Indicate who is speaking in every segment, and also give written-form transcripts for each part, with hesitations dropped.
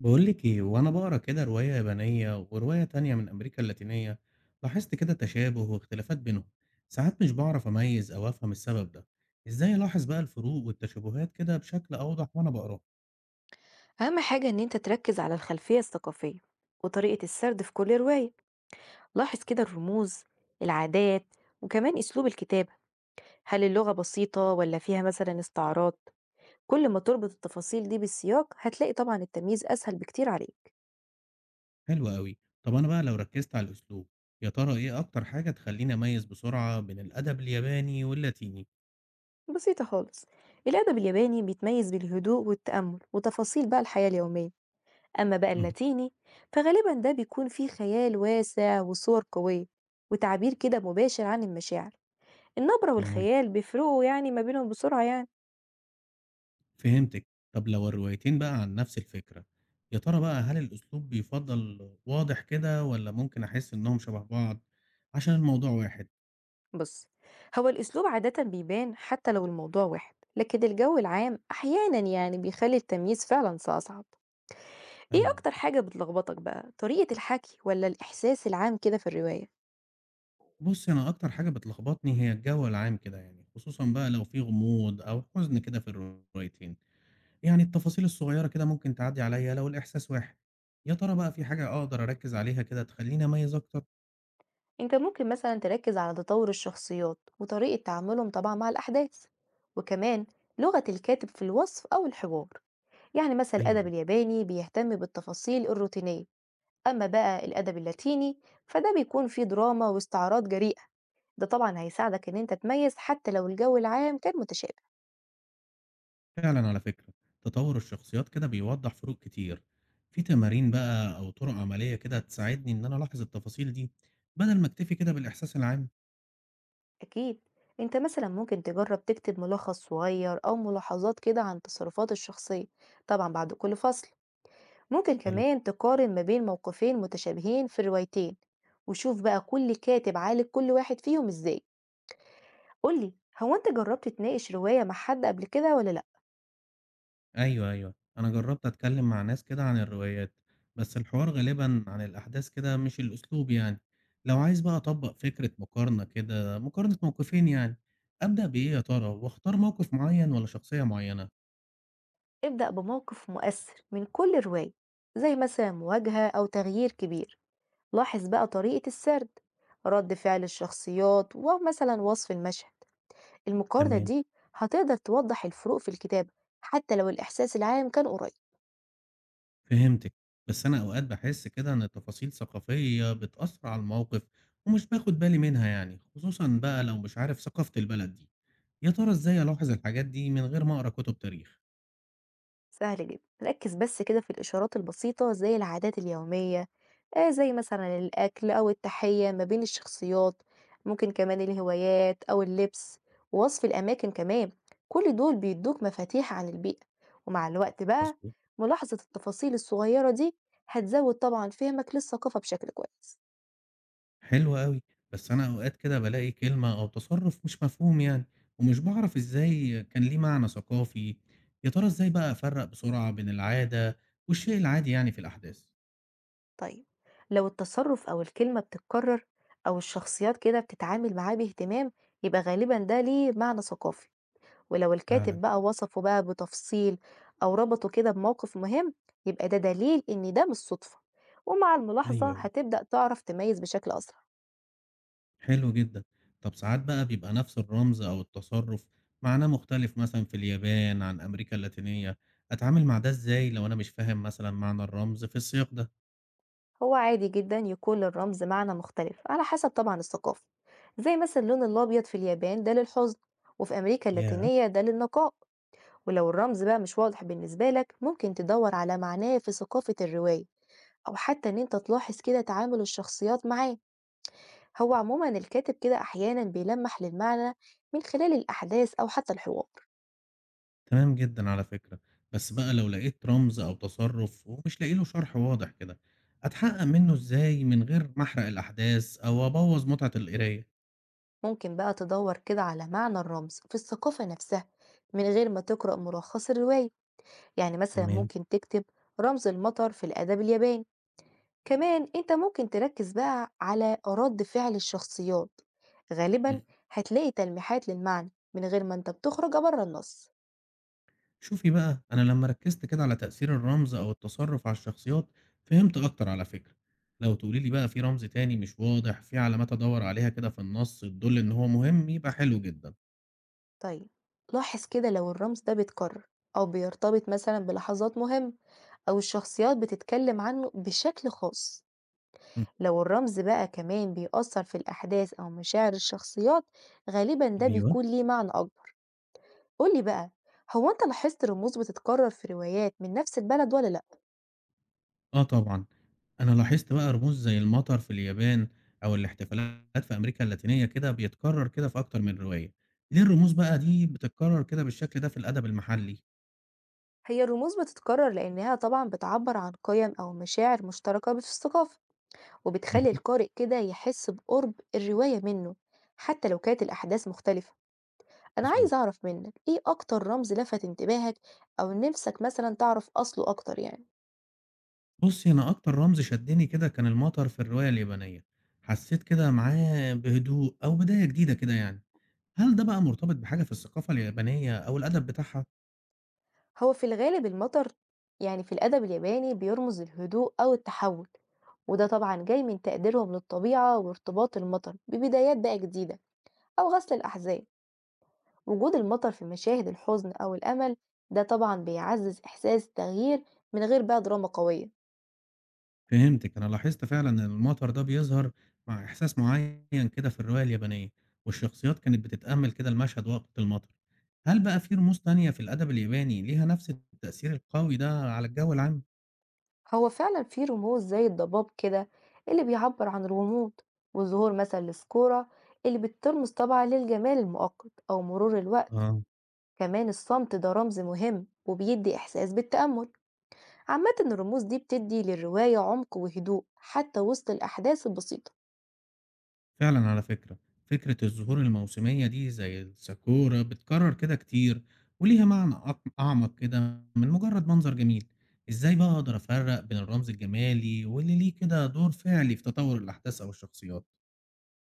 Speaker 1: بقول لك ايه وانا بقرا كده روايه يابانيه وروايه تانية من امريكا اللاتينيه. لاحظت كده تشابه واختلافات بينهم. ساعات مش بعرف اميز او افهم السبب ده. ازاي الاحظ بقى الفروق والتشابهات كده بشكل اوضح وانا بقراه؟
Speaker 2: أهم حاجة إن أنت تركز على الخلفية الثقافية وطريقة السرد في كل رواية. لاحظ كده الرموز، العادات، وكمان أسلوب الكتابة. هل اللغة بسيطة ولا فيها مثلا استعارات؟ كل ما تربط التفاصيل دي بالسياق هتلاقي طبعا التمييز أسهل بكتير عليك.
Speaker 1: حلو قوي. طب انا بقى لو ركزت على الاسلوب، يا ترى ايه اكتر حاجه تخليني اميز بسرعه بين الادب الياباني واللاتيني؟
Speaker 2: بسيطة خالص. الأدب الياباني بيتميز بالهدوء والتأمل وتفاصيل بقى الحياة اليومية. أما بقى اللاتيني فغالبا ده بيكون فيه خيال واسع وصور قوية، وتعبير كده مباشر عن المشاعر. النبرة
Speaker 1: تمام،
Speaker 2: والخيال بيفرقوا يعني ما بينهم بسرعة يعني.
Speaker 1: فهمتِك. طب لو الروايتين بقى عن نفس الفكرة، يا ترى بقى هل الأسلوب بيفضّل واضح كده والّا ممكن أحس إنّهم شبه بعض عشان الموضوع واحد؟
Speaker 2: بص، هو الأسلوب عادة بيبان حتى لو الموضوع واحد، لكن الجو العام أحيانا يعني بيخلي التمييز فعلا أصعب. إيه
Speaker 1: أيوه.
Speaker 2: أكتر حاجة بتلخبطك بقى؟ طريقة الحكي ولا الإحساس العام كده في الرواية؟
Speaker 1: بُصّي، أنا أكتر حاجة بتلخبطني هي الجو العام كده يعني، خصوصًا بقى لو في غموض أو حزن كده في الروايتين. يعني التفاصيل الصغيّرة كده ممكن تعدّي عليّا لو الإحساس واحد. يا ترى بقى في حاجة أقدر أركّز عليها كده تخلّيني أميّز أكتر؟
Speaker 2: أنت ممكن مثلا تركز على تطور الشخصيات وطريقة تعاملهم طبعا مع الأحداث، وكمان لغة الكاتب في الوصف أو الحوار. يعني مثلا
Speaker 1: حلو
Speaker 2: الأدب
Speaker 1: أوي.
Speaker 2: الياباني بيهتم بالتفاصيل الروتينية. أما بقى الأدب اللاتيني فده بيكون فيه دراما واستعراض جريئة. ده طبعا هيساعدك إن أنت تميز حتى لو الجو العام كان متشابه.
Speaker 1: فعلًا على فكرة، تطوّر الشخصيات كده بيوضّح فروق كتير، في تمارين بقى أو طُرق عملية كده تساعدني إن أنا ألاحظ التفاصيل دي، بدل ما أكتفي كده بالإحساس العام؟
Speaker 2: أكيد. أنت مثلا ممكن تجرب تكتب ملخص صغير أو ملاحظات كده عن تصرفات الشخصية، طبعا بعد كل فصل. ممكن
Speaker 1: حلو.
Speaker 2: كمان تقارن ما بين موقفين متشابهين في الروايتين، وشوف بقى كل كاتب عالج كل واحد فيهم إزاي. قولي، هو أنت جربت تناقش رواية مع حد قبل كده ولا لأ؟
Speaker 1: أيوه، أيوه، أنا جرّبت أتكلّم مع ناس كده عن الروايات، بس الحوار غالبًا عن الأحداث كده مش الأسلوب يعني، لو عايز بقى أطبّق فكرة مقارنة كده، مقارنة موقفين يعني، أبدأ بإيه يا ترى، واختار موقف معيّن والّا شخصية معيّنة؟
Speaker 2: ابدأ بموقف مؤثر من كل رواية، زي مثلا مواجهة أو تغيير كبير. لاحظ بقى طريقة السرد، رد فعل الشخصيات، ومثلا وصف المشهد. المقارنة
Speaker 1: تمام.
Speaker 2: دي هتقدر توضح الفروق في الكتابة حتى لو الإحساس العام كان قريب.
Speaker 1: فهمتِك، بس أنا أوقات باحس كده إن تفاصيل ثقافية بتأثّر على الموقف ومش باخد بالي منها يعني، خصوصًا بقى لو مش عارف ثقافة البلد دي، يا ترى إزاي ألاحظ الحاجات دي من غير ما أقرا كتب تاريخ؟
Speaker 2: سهل جدا، ركز بس كده في الإشارات البسيطة زي العادات اليومية. آه زي مثلا الأكل أو التحية ما بين الشخصيات، ممكن كمان الهوايات أو اللبس، ووصف الأماكن كمان. كل دول بيدوك مفاتيح عن البيئة. ومع الوقت بقى
Speaker 1: مضبوط.
Speaker 2: ملاحظة التفاصيل الصغيرة دي هتزود طبعا فهمك للثقافة بشكل كويس.
Speaker 1: حلو أوي، بس أنا أوقات كده بالاقي كلمة أو تصرُّف مش مفهوم يعني، ومش باعرف إزاي كان ليه معنى ثقافي، يا ترى إزاي بقى أفرّق بسرعة بين العادة والشيء العادي يعني في الأحداث؟
Speaker 2: طيب، لو التصرف أو الكلمة بتتكرر أو الشخصيات كده بتتعامل معاه باهتمام، يبقى غالبا ده ليه معنى ثقافي. ولو الكاتب
Speaker 1: فعلًا.
Speaker 2: بقى وصفه بقى بتفصيل أو ربطه كده بموقف مهم، يبقى ده دليل إن ده مش صدفة. ومع الملاحظة
Speaker 1: أيوه، أيوه.
Speaker 2: هتبدأ تعرف تميز بشكل أسرع.
Speaker 1: حلو جدًا. طب ساعات بقى بيبقى نفس الرمز أو التصرُّف معناه مختلف مثلًا في اليابان عن أمريكا اللاتينية، أتعامل مع ده إزاي لو أنا مش فاهم مثلًا معنى الرمز في السياق ده؟
Speaker 2: هو عادي جدا يكون للرمز معنى مختلف على حسب طبعا الثقافة، زي مثلا اللون الأبيض في اليابان ده للحزن، وفي أمريكا
Speaker 1: ياه!
Speaker 2: اللاتينية ده للنقاء. ولو الرمز بقى مش واضح بالنسبة لك، ممكن تدور على معناه في ثقافة الرواية، أو حتى إن أنت تلاحظ كده تعامل الشخصيات معاه. هو عموما الكاتب كده أحيانا بيلمح للمعنى من خلال الأحداث أو حتى الحوار.
Speaker 1: تمام جدًا على فكرة، بس بقى لو لقيت رمز أو تصرُّف ومش لاقي له شرح واضح كده، أتحقق منه إزاي من غير ما أحرق الأحداث أو أبوّظ متعة القراية؟
Speaker 2: ممكن بقى تدور كده على معنى الرمز في الثقافة نفسها من غير ما تقرأ ملخص الرواية. يعني مثلا
Speaker 1: تمام.
Speaker 2: ممكن تكتب: رمز المطر في الأدب الياباني. كمان انت ممكن تركز بقى على رد فعل الشخصيات. غالبا هتلاقي تلميحات للمعنى من غير ما انت بتخرج بره النص.
Speaker 1: شوفي بقى، أنا لما ركزت كده على تأثير الرمز أو التصرف على الشخصيات فهمت أكتر على فكرة. لو تقولي لي بقى في رمز تاني مش واضح، في علامات أدور عليها كده في النص تدل إن هو مهم يبقى حلو جدا.
Speaker 2: طيب لاحظ كده لو الرمز ده بيتكرر، أو بيرتبط مثلا بلحظات مهمة، أو الشخصيات بتتكلم عنه بشكل خاص.
Speaker 1: مم.
Speaker 2: لو الرمز بقى كمان بيأثر في الأحداث أو مشاعر الشخصيات، غالبا ده
Speaker 1: ايوه.
Speaker 2: بيكون ليه معنى أكبر. قولي بقى، هو أنت لاحظت رموز بتتكرر في روايات من نفس البلد ولا لأ؟
Speaker 1: آه طبعا، أنا لاحظت بقى رموز زي المطر في اليابان أو الاحتفالات في أمريكا اللاتينية كده بيتكرر كده في أكتر من رواية. ليه الرموز بقى دي بتتكرر كده بالشكل ده في الأدب المحلي؟
Speaker 2: هي الرموز بتتكرر لأنها طبعا بتعبر عن قيم أو مشاعر مشتركة في الثقافة، وبتخلي
Speaker 1: مهم.
Speaker 2: القارئ كده يحس بقرب الرواية منه حتى لو كانت الأحداث مختلفة. أنا عايز
Speaker 1: مظبوط.
Speaker 2: أعرف منك إيه أكتر رمز لفت انتباهك، أو نفسك مثلا تعرف أصله أكتر يعني.
Speaker 1: بُصّي، أنا أكتر رمز شدّني كده كان المطر في الرواية اليابانية، حسّيت كده معاه بهدوء أو بداية جديدة كده يعني، هل ده بقى مرتبط بحاجة في الثقافة اليابانية أو الأدب بتاعها؟
Speaker 2: هو في الغالب المطر يعني في الأدب الياباني بيرمز للهدوء أو التحول، وده طبعا جاي من تقديرهم للطبيعة وارتباط المطر ببدايات بقى جديدة أو غسل الأحزان. وجود المطر في مشاهد الحزن أو الأمل ده طبعا بيعزز إحساس التغيير من غير بقى دراما قوية.
Speaker 1: فهمتِك، أنا لاحظت فعلًا إن المطر ده بيظهر مع إحساس معيّن كده في الرواية اليابانية، والشخصيات كانت بتتأمّل كده المشهد وقت المطر، هل بقى في رموز تانية في الأدب الياباني ليها نفس التأثير القوي ده على الجو العام؟
Speaker 2: هو فعلا في رموز زي الضباب كده اللي بيعبر عن الغموض، وظهور مثلا السكورة اللي بترمز طبعا للجمال المؤقت أو مرور الوقت.
Speaker 1: آه.
Speaker 2: كمان الصمت ده رمز مهم وبيدي إحساس بالتأمل. عامة الرموز دي بتدي للرواية عمق وهدوء حتى وسط الأحداث البسيطة.
Speaker 1: فعلًا على فكرة، فكرة الزهور الموسمية دي زي الساكورا بتكرر كده كتير وليها معنى أعمق كده من مجرد منظر جميل، إزاي بقى أقدر أفرّق بين الرمز الجمالي واللي ليه كده دور فعلي في تطور الأحداث أو الشخصيات؟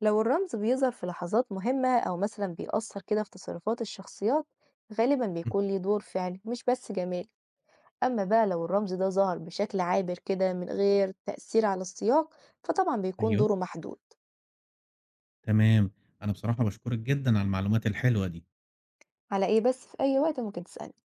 Speaker 2: لو الرمز بيظهر في لحظات مهمة أو مثلا بيأثر كده في تصرفات الشخصيات، غالبا
Speaker 1: إمم،
Speaker 2: بيكون ليه دور فعلي مش بس جمالي. أما بقى لو الرمز ده ظهر بشكل عابر كده من غير تأثير على السياق، فطبعا بيكون
Speaker 1: أيوه،
Speaker 2: دوره محدود.
Speaker 1: تمام، أنا بصراحة باشكرك جدًا على المعلومات الحلوة دي.
Speaker 2: على إيه بس، في أي وقت ممكن تسألني.